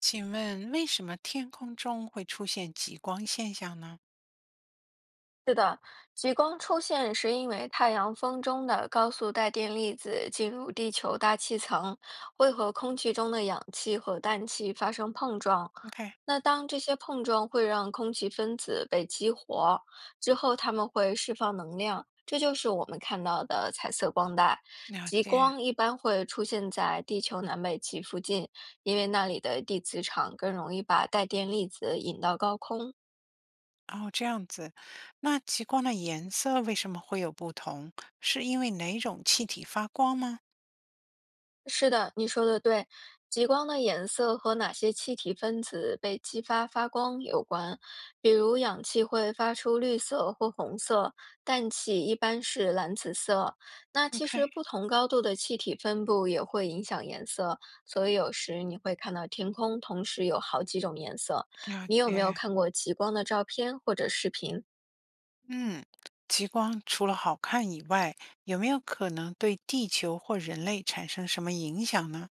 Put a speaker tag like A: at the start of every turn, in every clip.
A: 请问为什么天空中会出现极光现象呢
B: 是的，极光出现是因为太阳风中的高速带电粒子进入地球大气层，会和空气中的氧气和氮气发生碰撞。
A: ？OK，
B: 那当这些碰撞会让空气分子被激活，之后它们会释放能量，这就是我们看到的彩色光带。
A: 了
B: 极
A: 解。
B: 光一般会出现在地球南北极附近，因为那里的地磁场更容易把带电粒子引到高空。
A: 哦，这样子，那极光的颜色为什么会有不同？是因为哪种气体发光吗
B: 是的，你说的对。极光的颜色和哪些气体分子被激发发光有关，比如氧气会发出绿色或红色，氮气一般是蓝紫色。那其实
A: ？OK，
B: 不同高度的气体分布也会影响颜色，所以有时你会看到天空同时有好几种颜色。
A: 了
B: 你有没有
A: 解。
B: 看过极光的照片或者视频？
A: 嗯，极光除了好看以外，有没有可能对地球或人类产生什么影响呢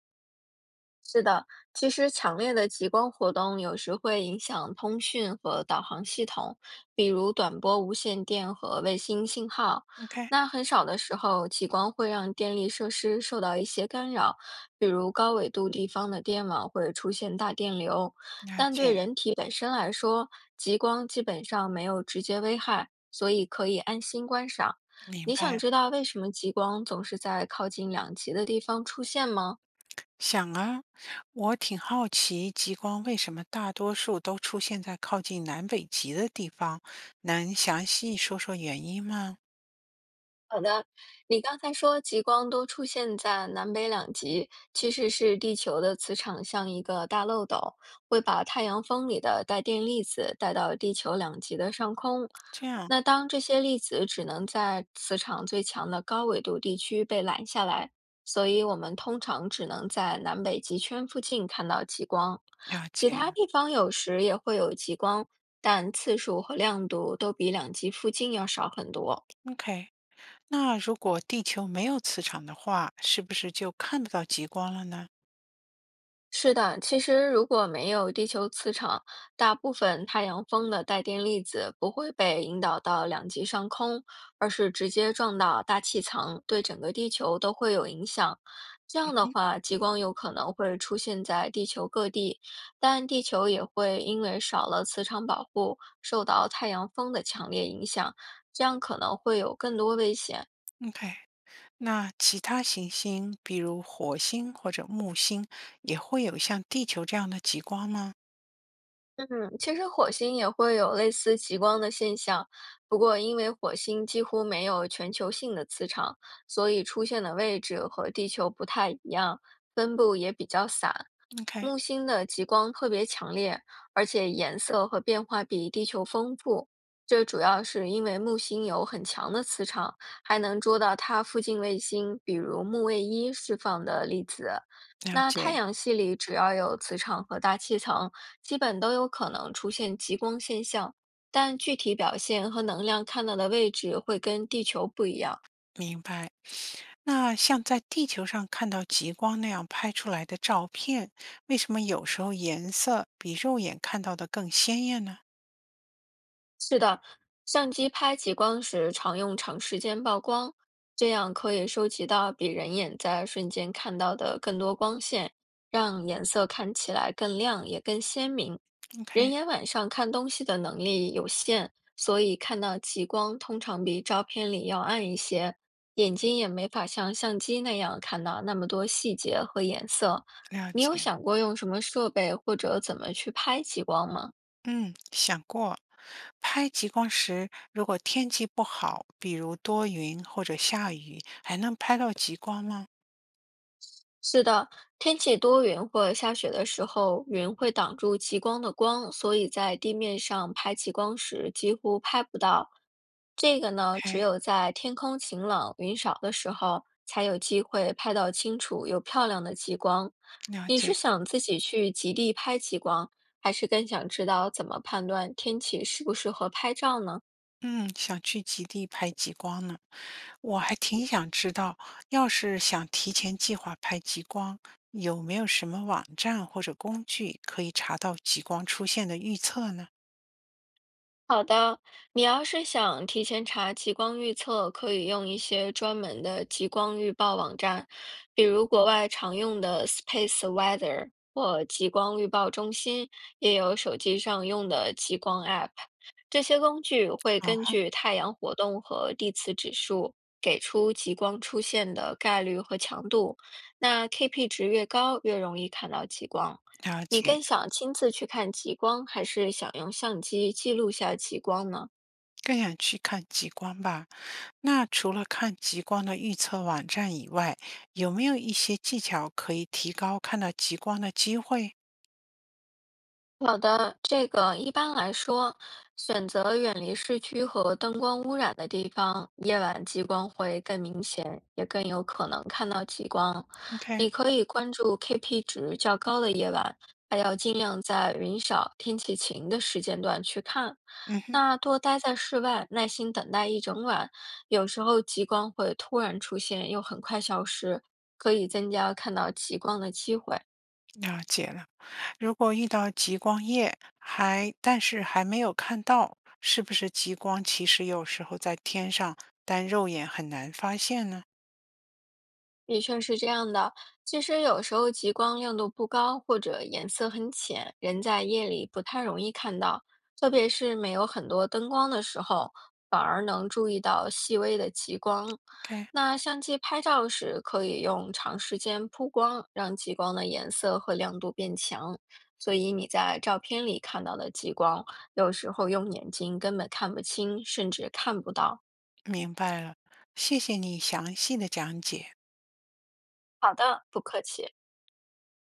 B: 其实强烈的极光活动有时会影响通讯和导航系统，比如短波无线电和卫星信号。
A: ？OK，
B: 那很少的时候，极光会让电力设施受到一些干扰，比如高纬度地方的电网会出现大电流。
A: 了
B: 但
A: 解，
B: 对人体本身来说，极光基本上没有直接危害，所以可以安心观赏。
A: 明
B: 你想
A: 白。
B: 知道为什么极光总是在靠近两极的地方出现吗？
A: 想啊，我挺好奇极光为什么大多数都出现在靠近南北极的地方，能详细说说原因吗？
B: 你刚才说极光都出现在南北两极，其实是地球的磁场像一个大漏斗，会把太阳风里的带电粒子带到地球两极的上空。
A: 这样
B: 那当这些粒子只能在磁场最强的高纬度地区被拦下来，所以我们通常只能在南北极圈附近看到极光。
A: 了
B: 其
A: 解
B: 他地方有时也会有极光，但次数和亮度都比两极附近要少很多。
A: ，OK。那如果地球没有磁场的话，是不是就看不到极光了呢？
B: 是的，其实如果没有地球磁场，大部分太阳风的带电粒子不会被引导到两极上空，而是直接撞到大气层，对整个地球都会有影响。这样的
A: 嗯，
B: 话，极光有可能会出现在地球各地，但地球也会因为少了磁场保护，受到太阳风的强烈影响，这样可能会有更多危险。
A: OK，那其他行星，比如火星或者木星，也会有像地球这样的极光吗
B: 嗯，其实火星也会有类似极光的现象，不过因为火星几乎没有全球性的磁场，所以出现的位置和地球不太一样，分布也比较散。
A: ？OK，
B: 木星的极光特别强烈，而且颜色和变化比地球丰富。这主要是因为木星有很强的磁场，还能捉到它附近卫星，比如木卫一释放的粒子。
A: 了
B: 那
A: 解，
B: 太阳系里只要有磁场和大气层，基本都有可能出现极光现象，但具体表现和能量看到的位置会跟地球不一样。
A: 明白。那像在地球上看到极光那样拍出来的照片，为什么有时候颜色比肉眼看到的更鲜艳呢
B: 是的，相机拍极光时常用长时间曝光，这样可以收集到比人眼在瞬间看到的更多光线，让颜色看起来更亮也更鲜明。
A: ？OK，
B: 人眼晚上看东西的能力有限，所以看到极光通常比照片里要暗一些，眼睛也没法像相机那样看到那么多细节和颜色。
A: 了
B: 你有
A: 解。
B: 想过用什么设备或者怎么去拍极光吗？
A: 嗯，想过。拍极光时，如果天气不好，比如多云或者下雨，还能拍到极光吗
B: 是的，天气多云或下雪的时候，云会挡住极光的光，所以在地面上拍极光时几乎拍不到。这个呢，只
A: ？OK，
B: 有在天空晴朗、云少的时候，才有机会拍到清楚又漂亮的极光。
A: 了
B: 你是
A: 解。
B: 想自己去极地拍极光，还是更想知道怎么判断天气适不适合拍照呢？
A: 嗯，想去极地拍极光呢，我还挺想知道，要是想提前计划拍极光，有没有什么网站或者工具可以查到极光出现的预测呢？
B: 好的，你要是想提前查极光预测，可以用一些专门的极光预报网站，比如国外常用的 Space Weather 或极光预报中心，也有手机上用的极光 App。这些工具会根
A: 哦，
B: 据太阳活动和地磁指数，给出极光出现的概率和强度。那 KP 值越高，越容易看到极光。
A: 了
B: 你
A: 解，
B: 更想亲自去看极光，还是想用相机记录下极光呢？
A: 更想去看极光吧。那除了看极光的预测网站以外，有没有一些技巧可以提高看到极光的机会
B: 好的，这个一般来说，选择远离市区和灯光污染的地方，夜晚极光会更明显，也更有可能看到极光。
A: ？OK，
B: 你可以关注 KP 值较高的夜晚，还要尽量在云少、天气晴的时间段去看。
A: 嗯哼，
B: 那多待在室外，耐心等待一整晚，有时候极光会突然出现，又很快消失，可以增加看到极光的机会。
A: 了解了。如果遇到极光夜，还但是还没有看到，是不是极光其实有时候在天上，但肉眼很难发现呢？
B: 的确是这样的，其实有时候极光亮度不高或者颜色很浅，人在夜里不太容易看到，特别是没有很多灯光的时候，反而能注意到细微的极光。
A: ok，
B: 那相机拍照时，可以用长时间曝光让极光的颜色和亮度变强，所以你在照片里看到的极光，有时候用眼睛根本看不清，甚至看不到。
A: 明白了，谢谢你详细的讲解。
B: 好的，不客气。